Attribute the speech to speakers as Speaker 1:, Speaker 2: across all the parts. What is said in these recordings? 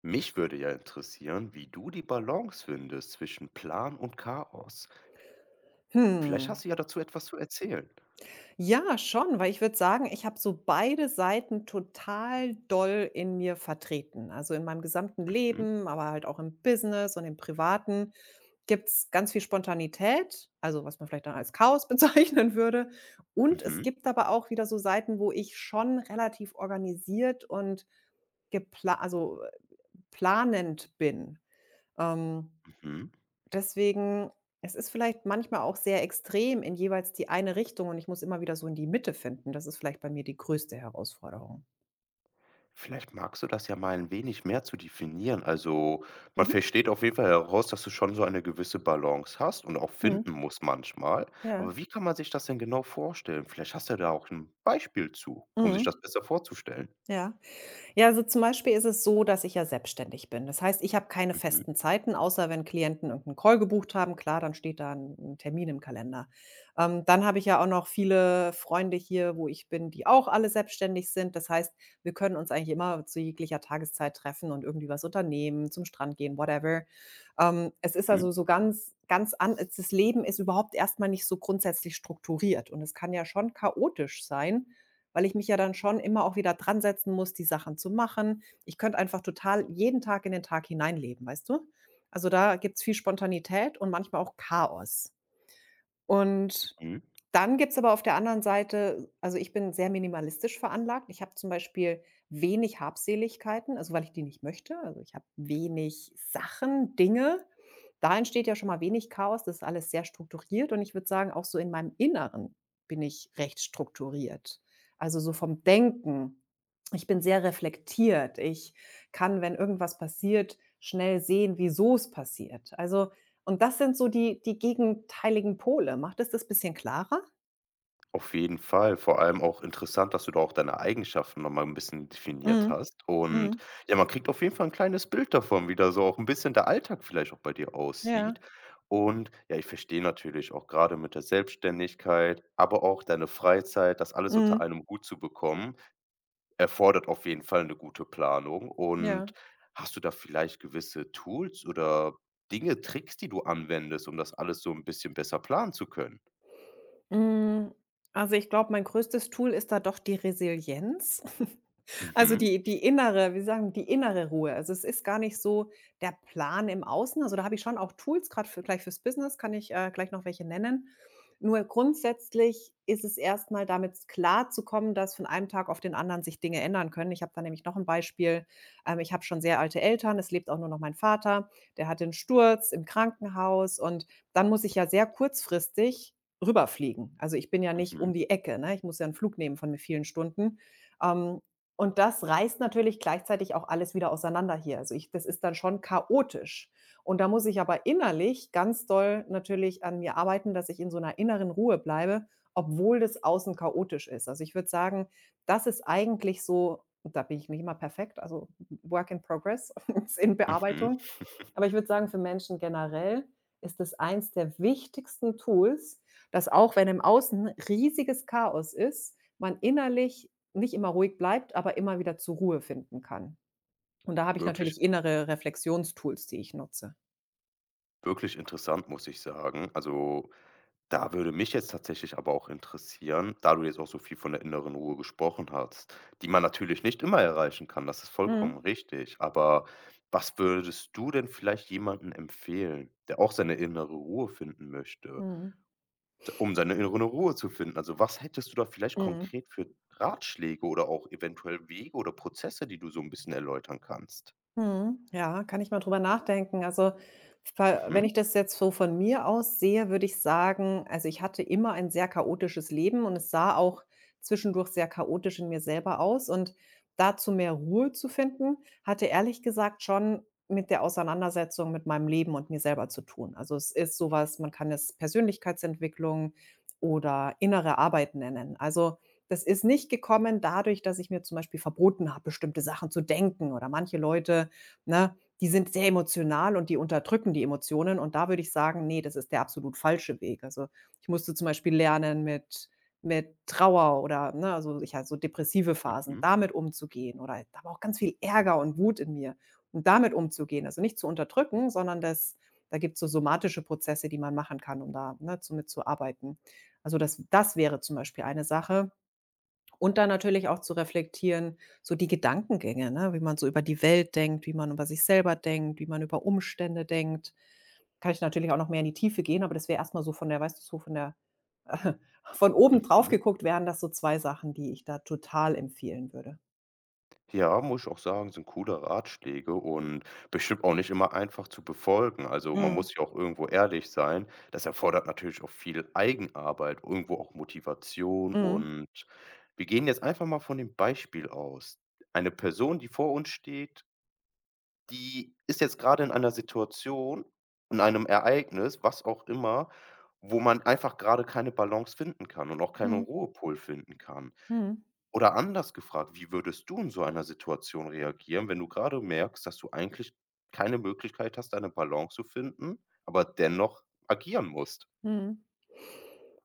Speaker 1: Mich würde ja interessieren, wie du die Balance findest zwischen Plan und Chaos. Vielleicht
Speaker 2: Hm,
Speaker 1: hast du ja dazu etwas zu erzählen.
Speaker 2: ja, schon, weil ich würde sagen, ich habe so beide Seiten total doll in mir vertreten. Also in meinem gesamten
Speaker 1: Mhm,
Speaker 2: Leben, aber halt auch im Business und im Privaten gibt's ganz viel Spontanität, also was man vielleicht dann als Chaos bezeichnen würde. Und es
Speaker 1: mhm,
Speaker 2: gibt aber auch wieder so Seiten, wo ich schon relativ organisiert und gepla also planend bin. Ähm
Speaker 1: mhm.
Speaker 2: Deswegen, es ist vielleicht manchmal auch sehr extrem in jeweils die eine Richtung und ich muss immer wieder so in die Mitte finden. Das ist vielleicht bei mir die größte Herausforderung.
Speaker 1: Vielleicht magst du das ja mal ein wenig mehr zu definieren. Also, man
Speaker 2: Mhm.
Speaker 1: versteht auf jeden Fall heraus, dass du schon so eine gewisse Balance hast und auch finden
Speaker 2: Mhm.
Speaker 1: musst manchmal.
Speaker 2: Ja.
Speaker 1: Aber wie kann man sich das denn genau vorstellen? Vielleicht hast du da auch ein Beispiel zu, um sich das
Speaker 2: Mhm.
Speaker 1: besser vorzustellen.
Speaker 2: Ja. Ja, also zum Beispiel ist es so, dass ich ja selbstständig bin. Das heißt, ich habe keine
Speaker 1: Mhm,
Speaker 2: festen Zeiten, außer wenn Klienten irgendeinen Call gebucht haben. Klar, dann steht da ein 'n Termin im Kalender. Dann habe ich ja auch noch viele Freunde hier, wo ich bin, die auch alle selbstständig sind. Das heißt, wir können uns eigentlich immer zu jeglicher Tageszeit treffen und irgendwie was unternehmen, zum Strand gehen, whatever. Es ist
Speaker 1: mhm,
Speaker 2: also so ganz ganz an das Leben ist überhaupt erstmal nicht so grundsätzlich strukturiert und es kann ja schon chaotisch sein, weil ich mich ja dann schon immer auch wieder dran setzen muss, die Sachen zu machen. Ich könnte einfach total jeden Tag in den Tag hineinleben, weißt du? Also, da gibt's viel Spontanität und manchmal auch Chaos. Und
Speaker 1: mhm.
Speaker 2: dann gibt's aber auf der anderen Seite also, ich bin sehr minimalistisch veranlagt. Ich habe zum Beispiel wenig Habseligkeiten, also, weil ich die nicht möchte. Also, ich habe wenig Sachen, Dinge. Da entsteht ja schon mal wenig Chaos. Das ist alles sehr strukturiert und ich würde sagen, auch so in meinem Inneren bin ich recht strukturiert. Also, so vom Denken. Ich bin sehr reflektiert. Ich kann, wenn irgendwas passiert, schnell sehen, wieso es passiert. Also und das sind so die gegenteiligen Pole. Macht es das bisschen klarer?
Speaker 1: Auf jeden Fall, vor allem auch interessant, dass du da auch deine Eigenschaften noch mal 'n bisschen definiert
Speaker 2: Mhm.
Speaker 1: hast und
Speaker 2: Mhm.
Speaker 1: ja, man kriegt auf jeden Fall ein kleines Bild davon, wie da so auch ein bisschen der Alltag vielleicht auch bei dir
Speaker 2: Ja.
Speaker 1: aussieht und ja, ich verstehe natürlich auch gerade mit der Selbstständigkeit, aber auch deine Freizeit, das alles unter
Speaker 2: Mhm.
Speaker 1: einem Hut zu bekommen, erfordert auf jeden Fall eine gute Planung.
Speaker 2: Ja.
Speaker 1: Und hast du da vielleicht gewisse Tools oder Dinge, Tricks, die du anwendest, um das alles so ein bisschen besser planen zu können?
Speaker 2: Hm, also, ich glaube, mein größtes Tool ist da doch die Resilienz. Also,
Speaker 1: Mhm,
Speaker 2: die innere wie sagen die innere Ruhe. Also, es ist gar nicht so der Plan im Außen. Also, da habe ich schon auch Tools, gerade für gleich fürs Business kann ich, gleich noch welche nennen. Nur grundsätzlich ist es erstmal damit klar zu kommen, dass von einem Tag auf den anderen sich Dinge ändern können. Ich habe da nämlich noch ein Beispiel. Ich habe schon sehr alte Eltern, es lebt auch nur noch mein Vater. Der hatte 'n Sturz im Krankenhaus und dann muss ich ja sehr kurzfristig rüberfliegen. Also, ich bin ja nicht um
Speaker 1: mhm,
Speaker 2: die Ecke, ne? Ich muss ja einen Flug nehmen von vielen Stunden. Ähm, und das reißt natürlich gleichzeitig auch alles wieder auseinander hier. Also, ich das ist dann schon chaotisch. Und da muss ich aber innerlich ganz doll natürlich an mir arbeiten, dass ich in so einer inneren Ruhe bleibe, obwohl das Außen chaotisch ist. Also, ich würde sagen, das ist eigentlich so und da bin ich nicht immer perfekt, also Work in Progress, ist in
Speaker 1: mhm.
Speaker 2: Bearbeitung. Aber ich würde sagen, für Menschen generell ist es eins der wichtigsten Tools, dass auch wenn im Außen riesiges Chaos ist, man innerlich nicht immer ruhig bleibt, aber immer wieder zur Ruhe finden kann. Und da habe ich
Speaker 1: Wirklich
Speaker 2: natürlich innere Reflexionstools, die ich nutze.
Speaker 1: wirklich interessant, muss ich sagen. Also, da würde mich jetzt tatsächlich aber auch interessieren, da du jetzt auch so viel von der inneren Ruhe gesprochen hast, die man natürlich nicht immer erreichen kann, das ist vollkommen
Speaker 2: Mhm.
Speaker 1: richtig. Aber was würdest du denn vielleicht jemandem empfehlen, der auch seine innere Ruhe finden möchte,
Speaker 2: Mhm.
Speaker 1: s um seine innere Ruhe zu finden? Also, was hättest du da vielleicht
Speaker 2: Mhm.
Speaker 1: konkret für Ratschläge oder auch eventuell Wege oder Prozesse, die du so ein bisschen erläutern kannst?
Speaker 2: Mhm. Ja, kann ich mal drüber nachdenken. Also, ver wenn
Speaker 1: Mhm,
Speaker 2: ich das jetzt so von mir aus sehe, würde ich sagen, also, ich hatte immer ein sehr chaotisches Leben und es sah auch zwischendurch sehr chaotisch in mir selber aus. Und dazu mehr Ruhe zu finden, hatte ehrlich gesagt schon mit der Auseinandersetzung mit meinem Leben und mir selber zu tun. Also, es ist sowas, man kann es Persönlichkeitsentwicklung oder innere Arbeit nennen. Also, das ist nicht gekommen dadurch, dass ich mir zum Beispiel verboten habe, bestimmte Sachen zu denken oder manche Leute ne? Die sind sehr emotional und die unterdrücken die Emotionen und da würde ich sagen: nee, das ist der absolut falsche Weg." Also, ich musste zum Beispiel lernen, mit Trauer oder, ne also, ich hatte so depressive Phasen,
Speaker 1: mhm,
Speaker 2: damit umzugehen oder da war auch ganz viel Ärger und Wut in mir und damit umzugehen. Also, nicht zu unterdrücken, sondern das da gibt es so somatische Prozesse, die man machen kann, um da, ne, zu mit zu arbeiten. Also, das wäre zum Beispiel eine Sache. Und dann natürlich auch zu reflektieren, so die Gedankengänge, ne? Wie man so über die Welt denkt, wie man über sich selber denkt, wie man über Umstände denkt. Kann ich natürlich auch noch mehr in die Tiefe gehen, aber das wäre erstmal so von der weißt du, so von der von oben drauf
Speaker 1: mhm.
Speaker 2: geguckt wären das so 2 Sachen, die ich da total empfehlen würde.
Speaker 1: Ja, muss ich auch sagen, sind coole Ratschläge und bestimmt auch nicht immer einfach zu befolgen. Also, man
Speaker 2: Mhm.
Speaker 1: muss ja auch irgendwo ehrlich sein. Das erfordert natürlich auch viel Eigenarbeit, irgendwo auch Motivation.
Speaker 2: Mhm.
Speaker 1: Und wir gehen jetzt einfach mal von dem Beispiel aus. Eine Person, die vor uns steht, die ist jetzt gerade in einer Situation, in einem Ereignis, was auch immer, wo man einfach gerade keine Balance finden kann und auch keinen
Speaker 2: Mhm.
Speaker 1: Ruhepol finden kann.
Speaker 2: Mhm.
Speaker 1: Oder anders gefragt, wie würdest du in so einer Situation reagieren, wenn du gerade merkst, dass du eigentlich keine Möglichkeit hast, eine Balance zu finden, aber dennoch agieren musst?
Speaker 2: Mhm.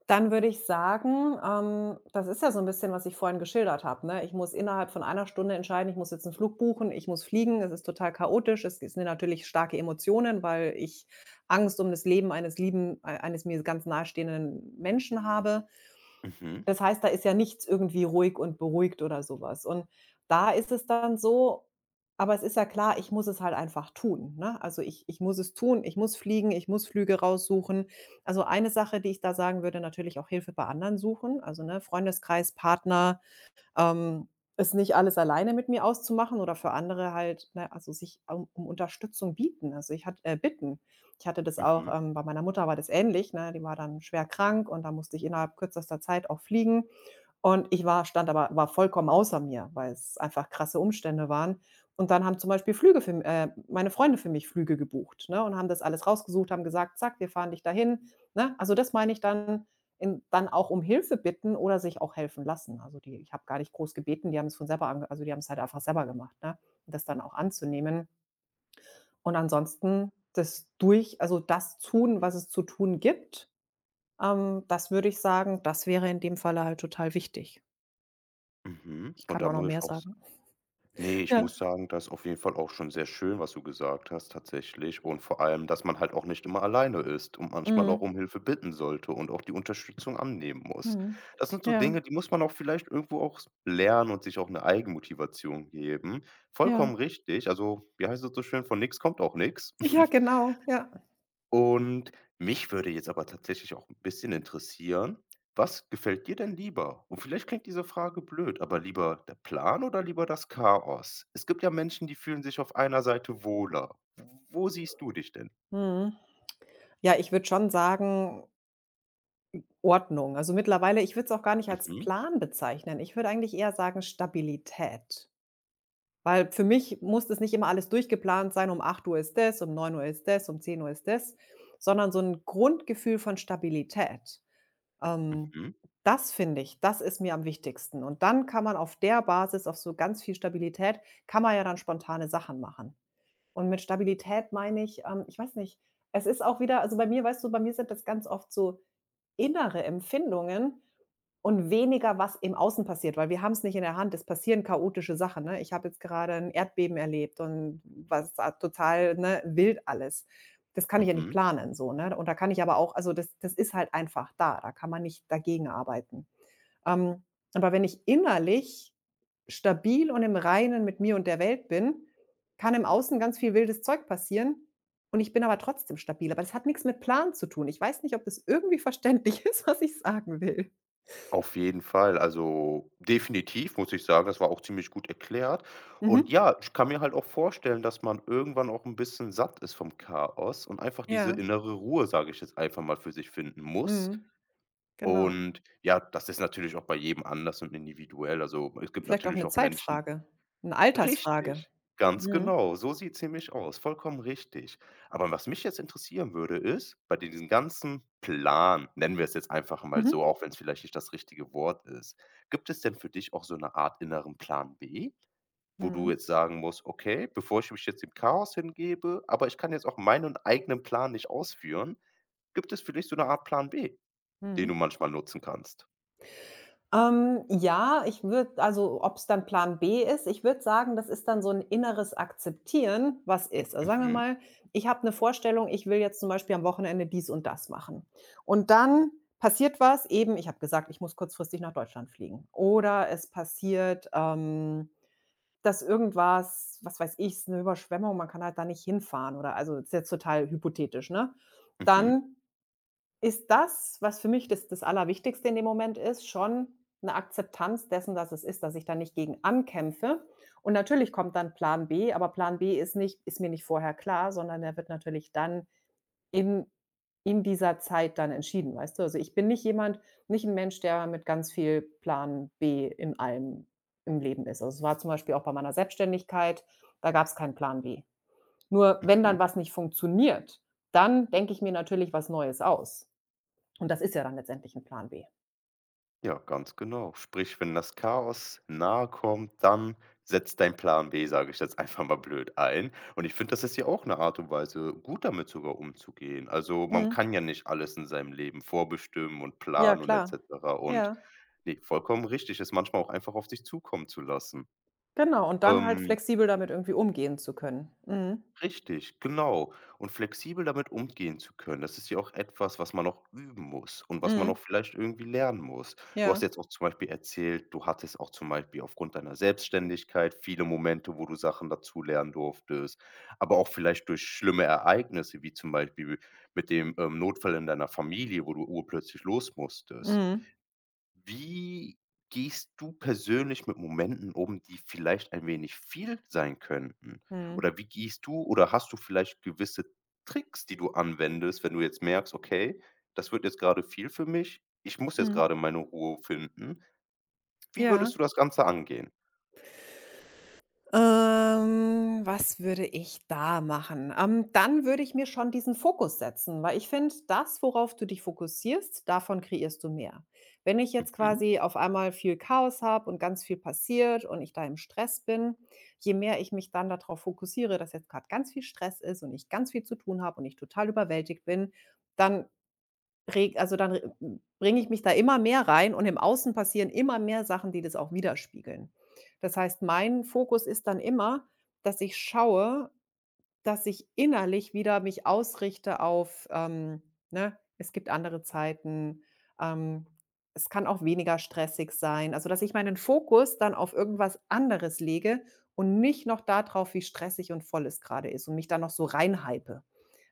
Speaker 2: Dann würde ich sagen, das ist ja so ein bisschen, was ich vorhin geschildert habe, ne? Ich muss innerhalb von einer Stunde entscheiden, ich muss jetzt einen Flug buchen, ich muss fliegen. Es ist total chaotisch. Es sind natürlich starke Emotionen, weil ich Angst um das Leben eines lieben ei eines mir ganz nahestehenden Menschen habe.
Speaker 1: Mhm,
Speaker 2: Das heißt, da ist ja nichts irgendwie ruhig und beruhigt oder sowas. Und da ist es dann so aber es ist ja klar, ich muss es halt einfach tun, ne? Also, ich muss es tun, ich muss fliegen, ich muss Flüge raussuchen. Also, eine Sache, die ich da sagen würde, natürlich auch Hilfe bei anderen suchen, also, ne, Freundeskreis, Partner, ähm, es nicht alles alleine mit mir auszumachen oder für andere halt, ne, also sich um Unterstützung bieten. Also ich hatte bitten. Ich hatte das auch,
Speaker 1: mhm,
Speaker 2: bei meiner Mutter war das ähnlich, ne? Die war dann schwer krank und da musste ich innerhalb kürzester Zeit auch fliegen. Und ich war, stand aber, war vollkommen außer mir, weil es einfach krasse Umstände waren. Und dann haben zum Beispiel meine Freunde für mich Flüge gebucht, ne, und haben das alles rausgesucht, haben gesagt, zack, wir fahren dich dahin, ne? Also das meine ich dann, in dann auch um Hilfe bitten oder sich auch helfen lassen. Also, die ich habe gar nicht groß gebeten, die haben es von selber ange also, die haben es halt einfach selber gemacht, ne? Und das dann auch anzunehmen. Und ansonsten das durch also, das tun, was es zu tun gibt, das würde ich sagen, das wäre in dem Falle halt total wichtig.
Speaker 1: mhm.
Speaker 2: Ich
Speaker 1: Und
Speaker 2: kann
Speaker 1: da
Speaker 2: auch noch
Speaker 1: muss
Speaker 2: mehr
Speaker 1: ich auch
Speaker 2: sagen.
Speaker 1: nee, ich
Speaker 2: Ja,
Speaker 1: muss sagen, das ist auf jeden Fall auch schon sehr schön, was du gesagt hast tatsächlich und vor allem, dass man halt auch nicht immer alleine ist und manchmal auch
Speaker 2: mhm,
Speaker 1: um Hilfe bitten sollte und auch die Unterstützung annehmen muss.
Speaker 2: mhm.
Speaker 1: Das sind so
Speaker 2: Ja,
Speaker 1: Dinge, die muss man auch vielleicht irgendwo auch lernen und sich auch eine Eigenmotivation geben.
Speaker 2: ja.
Speaker 1: Vollkommen richtig. Also, wie heißt es so schön: „Von nichts kommt auch nichts.“
Speaker 2: Ja, genau, ja.
Speaker 1: Und mich würde jetzt aber tatsächlich auch ein bisschen interessieren, was gefällt dir denn lieber? Und vielleicht klingt diese Frage blöd, aber lieber der Plan oder lieber das Chaos? Es gibt ja Menschen, die fühlen sich auf einer Seite wohler. Wo siehst du dich denn?
Speaker 2: Mhm. Ja, ich würde schon sagen Ordnung. Also mittlerweile ich würde es auch gar nicht als
Speaker 1: Mhm,
Speaker 2: Plan bezeichnen. Ich würde eigentlich eher sagen Stabilität. Weil für mich muss es nicht immer alles durchgeplant sein, um 8 Uhr ist das, um 9 Uhr ist das, um 10 Uhr ist das, sondern so ein Grundgefühl von Stabilität. Ähm,
Speaker 1: mhm,
Speaker 2: das finde ich das ist mir am wichtigsten. Und dann kann man auf der Basis, auf so ganz viel Stabilität kann man ja dann spontane Sachen machen. Und mit Stabilität meine ich, ich weiß nicht, es ist auch wieder also bei mir weißt du, bei mir sind das ganz oft so innere Empfindungen und weniger, was im Außen passiert, weil wir haben es nicht in der Hand. Es passieren chaotische Sachen, ne? Ich habe jetzt gerade ein Erdbeben erlebt und was a total, ne, wild alles. Das kann ich ja nicht
Speaker 1: mhm.
Speaker 2: planen so, ne? Und da kann ich aber auch also, das ist halt einfach da. Da kann man nicht dagegen arbeiten. Ähm, aber wenn ich innerlich stabil und im Reinen mit mir und der Welt bin, kann im Außen ganz viel wildes Zeug passieren und ich bin aber trotzdem stabil. Aber das hat nichts mit Plan zu tun. Ich weiß nicht, ob das irgendwie verständlich ist, was ich sagen will.
Speaker 1: Auf jeden Fall. Also, definitiv muss ich sagen, das war auch ziemlich gut erklärt. Und
Speaker 2: Mhm.
Speaker 1: ja, ich kann mir halt auch vorstellen, dass man irgendwann auch ein bisschen satt ist vom Chaos und einfach diese
Speaker 2: Ja,
Speaker 1: innere Ruhe, sage ich jetzt einfach mal, für sich finden muss.
Speaker 2: mhm, genau.
Speaker 1: Und ja, das ist natürlich auch bei jedem anders und individuell. Also, es gibt
Speaker 2: Vielleicht auch
Speaker 1: natürlich
Speaker 2: eine
Speaker 1: auch Menschen,
Speaker 2: Zeitfrage, eine Altersfrage.
Speaker 1: richtig, ganz
Speaker 2: Mhm.
Speaker 1: genau. So sieht's nämlich aus, vollkommen richtig. Aber was mich jetzt interessieren würde, ist, bei diesem ganzen Plan, nennen wir es jetzt einfach mal so,
Speaker 2: Mhm.
Speaker 1: auch wenn es vielleicht nicht das richtige Wort ist, gibt es denn für dich auch so eine Art inneren Plan B, wo du
Speaker 2: Mhm.
Speaker 1: jetzt sagen musst: „Okay, bevor ich mich jetzt dem Chaos hingebe, aber ich kann jetzt auch meinen eigenen Plan nicht ausführen“, gibt es für dich so eine Art Plan B, den
Speaker 2: Mhm.
Speaker 1: du manchmal nutzen kannst?
Speaker 2: Ja, ich würde also, ob es dann Plan B ist, ich würde sagen, das ist dann so ein inneres Akzeptieren, was ist. Also, sagen wir
Speaker 1: Mhm,
Speaker 2: mal, ich habe eine Vorstellung, ich will jetzt zum Beispiel am Wochenende dies und das machen. Und dann passiert was, eben, ich habe gesagt, ich muss kurzfristig nach Deutschland fliegen. Oder es passiert, dass irgendwas, was weiß ich, ist 'ne Überschwemmung, man kann halt da nicht hinfahren oder also, ist jetzt total hypothetisch, ne?
Speaker 1: mhm,
Speaker 2: Dann ist das, was für mich das Allerwichtigste in dem Moment ist, schon eine Akzeptanz dessen, dass es ist, dass ich da nicht gegen ankämpfe. Und natürlich kommt dann Plan B, aber Plan B ist mir nicht vorher klar, sondern der wird natürlich dann in in dieser Zeit dann entschieden, weißt du? Also, ich bin nicht ein Mensch, der mit ganz viel Plan B in allem im Leben ist. Also, es war zum Beispiel auch bei meiner Selbstständigkeit, da gab es keinen Plan B. Nur wenn dann
Speaker 1: mhm.
Speaker 2: was nicht funktioniert, dann denke ich mir natürlich was Neues aus. Und das ist ja dann letztendlich 'n Plan B.
Speaker 1: Ja, ganz genau. Sprich, wenn das Chaos nahe kommt, dann setzt dein Plan B, sage ich jetzt einfach mal blöd, ein. Und ich finde, das ist ja auch eine Art und Weise, gut damit sogar umzugehen. Also, man
Speaker 2: Mhm.
Speaker 1: kann ja nicht alles in seinem Leben vorbestimmen und
Speaker 2: Ja,
Speaker 1: planen und et
Speaker 2: klar.
Speaker 1: cetera. Und
Speaker 2: Ja,
Speaker 1: ne, vollkommen richtig, es manchmal auch einfach auf sich zukommen zu lassen.
Speaker 2: genau. Und dann halt
Speaker 1: Ähm
Speaker 2: flexibel damit irgendwie umgehen zu können. Mhm.
Speaker 1: Richtig, genau. Und flexibel damit umgehen zu können, das ist ja auch etwas, was man noch üben muss und was man
Speaker 2: Mhm.
Speaker 1: auch vielleicht irgendwie lernen muss. Du
Speaker 2: Ja.
Speaker 1: hast jetzt auch zum Beispiel erzählt, du hattest auch zum Beispiel aufgrund deiner Selbstständigkeit viele Momente, wo du Sachen dazu lernen durftest, aber auch vielleicht durch schlimme Ereignisse, wie zum Beispiel mit dem, Notfall in deiner Familie, wo du urplötzlich los musstest.
Speaker 2: Mhm.
Speaker 1: Wie gehst du persönlich mit Momenten um, die vielleicht ein wenig viel sein könnten?
Speaker 2: Mhm.
Speaker 1: Oder wie gehst du oder hast du vielleicht gewisse Tricks, die du anwendest, wenn du jetzt merkst: „Okay, das wird jetzt gerade viel für mich. Ich muss jetzt
Speaker 2: Mhm.
Speaker 1: gerade meine Ruhe finden.“ Wie
Speaker 2: Ja.
Speaker 1: würdest du das Ganze angehen?
Speaker 2: Was würde ich da machen? Dann würde ich mir schon diesen Fokus setzen, weil ich finde, das, worauf du dich fokussierst, davon kreierst du mehr. Wenn ich jetzt
Speaker 1: Mhm,
Speaker 2: quasi auf einmal viel Chaos habe und ganz viel passiert und ich da im Stress bin, je mehr ich mich dann darauf fokussiere, dass jetzt gerade ganz viel Stress ist und ich ganz viel zu tun habe und ich total überwältigt bin, dann Reg also dann bringe ich mich da immer mehr rein und im Außen passieren immer mehr Sachen, die das auch widerspiegeln. Das heißt, mein Fokus ist dann immer, dass ich schaue, dass ich innerlich wieder mich ausrichte auf, ne, es gibt andere Zeiten, ähm, es kann auch weniger stressig sein. Also, dass ich meinen Fokus dann auf irgendwas anderes lege und nicht noch da drauf, wie stressig und voll es gerade ist und mich dann noch so reinhype.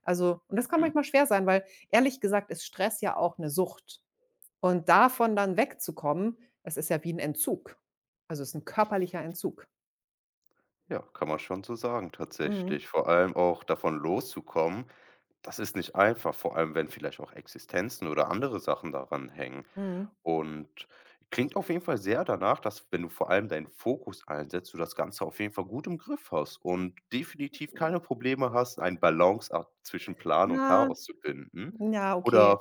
Speaker 2: Also, und das kann
Speaker 1: mhm.
Speaker 2: manchmal schwer sein, weil ehrlich gesagt ist Stress ja auch eine Sucht. Und davon dann wegzukommen, das ist ja wie ein Entzug. Also, es ist ein körperlicher Entzug.
Speaker 1: Ja, kann man schon so sagen
Speaker 2: Mhm.
Speaker 1: tatsächlich. Vor allem auch davon loszukommen, das ist nicht einfach, vor allem wenn vielleicht auch Existenzen oder andere Sachen daran hängen.
Speaker 2: Mhm.
Speaker 1: Und klingt auf jeden Fall sehr danach, dass, wenn du vor allem deinen Fokus einsetzt, du das Ganze auf jeden Fall gut im Griff hast und definitiv keine Probleme hast, einen Balanceakt zwischen Plan und
Speaker 2: Ja,
Speaker 1: Chaos zu finden.
Speaker 2: ja, okay.
Speaker 1: Oder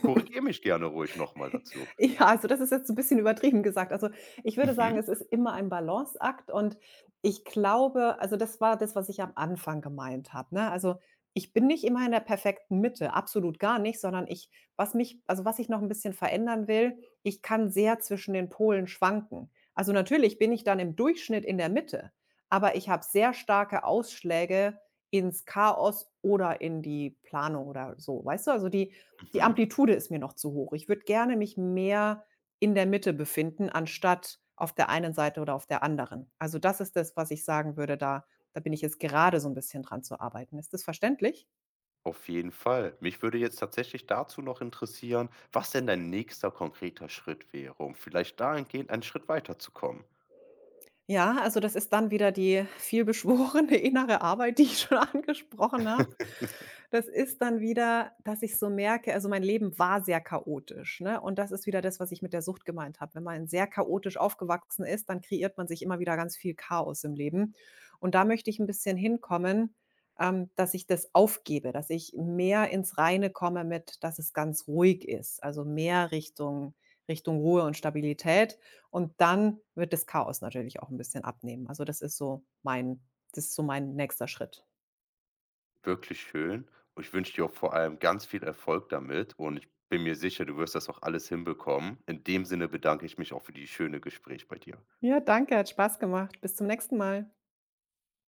Speaker 1: korrigiere mich gerne ruhig nochmal dazu.
Speaker 2: Ja, also das ist jetzt so ein bisschen übertrieben gesagt. Also, ich würde sagen,
Speaker 1: Mhm,
Speaker 2: es ist immer ein Balanceakt, und ich glaube, also das war das, was ich am Anfang gemeint habe, ne? Also, ich bin nicht immer in der perfekten Mitte, absolut gar nicht, sondern ich was mich, also was ich noch ein bisschen verändern will, ich kann sehr zwischen den Polen schwanken. Also, natürlich bin ich dann im Durchschnitt in der Mitte, aber ich habe sehr starke Ausschläge ins Chaos oder in die Planung oder so, weißt du? Also, die
Speaker 1: mhm.
Speaker 2: Amplitude ist mir noch zu hoch. Ich würde gerne mich mehr in der Mitte befinden, anstatt auf der einen Seite oder auf der anderen. Also, das ist das, was ich sagen würde, da bin ich jetzt gerade so ein bisschen dran zu arbeiten. Ist das verständlich?
Speaker 1: Auf jeden Fall. Mich würde jetzt tatsächlich dazu noch interessieren, was denn dein nächster konkreter Schritt wäre, um vielleicht dahingehend einen Schritt weiterzukommen.
Speaker 2: Ja, also das ist dann wieder die vielbeschworene innere Arbeit, die ich schon angesprochen habe. Das ist dann wieder, dass ich so merke, also mein Leben war sehr chaotisch, ne? Und das ist wieder das, was ich mit der Sucht gemeint habe. Wenn man sehr chaotisch aufgewachsen ist, dann kreiert man sich immer wieder ganz viel Chaos im Leben. Und da möchte ich ein bisschen hinkommen, dass ich das aufgebe, dass ich mehr ins Reine komme mit, dass es ganz ruhig ist, also mehr Richtung Richtung Ruhe und Stabilität. Und dann wird das Chaos natürlich auch ein bisschen abnehmen. Also, das ist so mein das ist so mein nächster Schritt.
Speaker 1: Wirklich schön. Und ich wünsche dir auch vor allem ganz viel Erfolg damit und ich bin mir sicher, du wirst das auch alles hinbekommen. In dem Sinne bedanke ich mich auch für die schöne Gespräch bei dir.
Speaker 2: Ja, danke, hat Spaß gemacht. Bis zum nächsten Mal.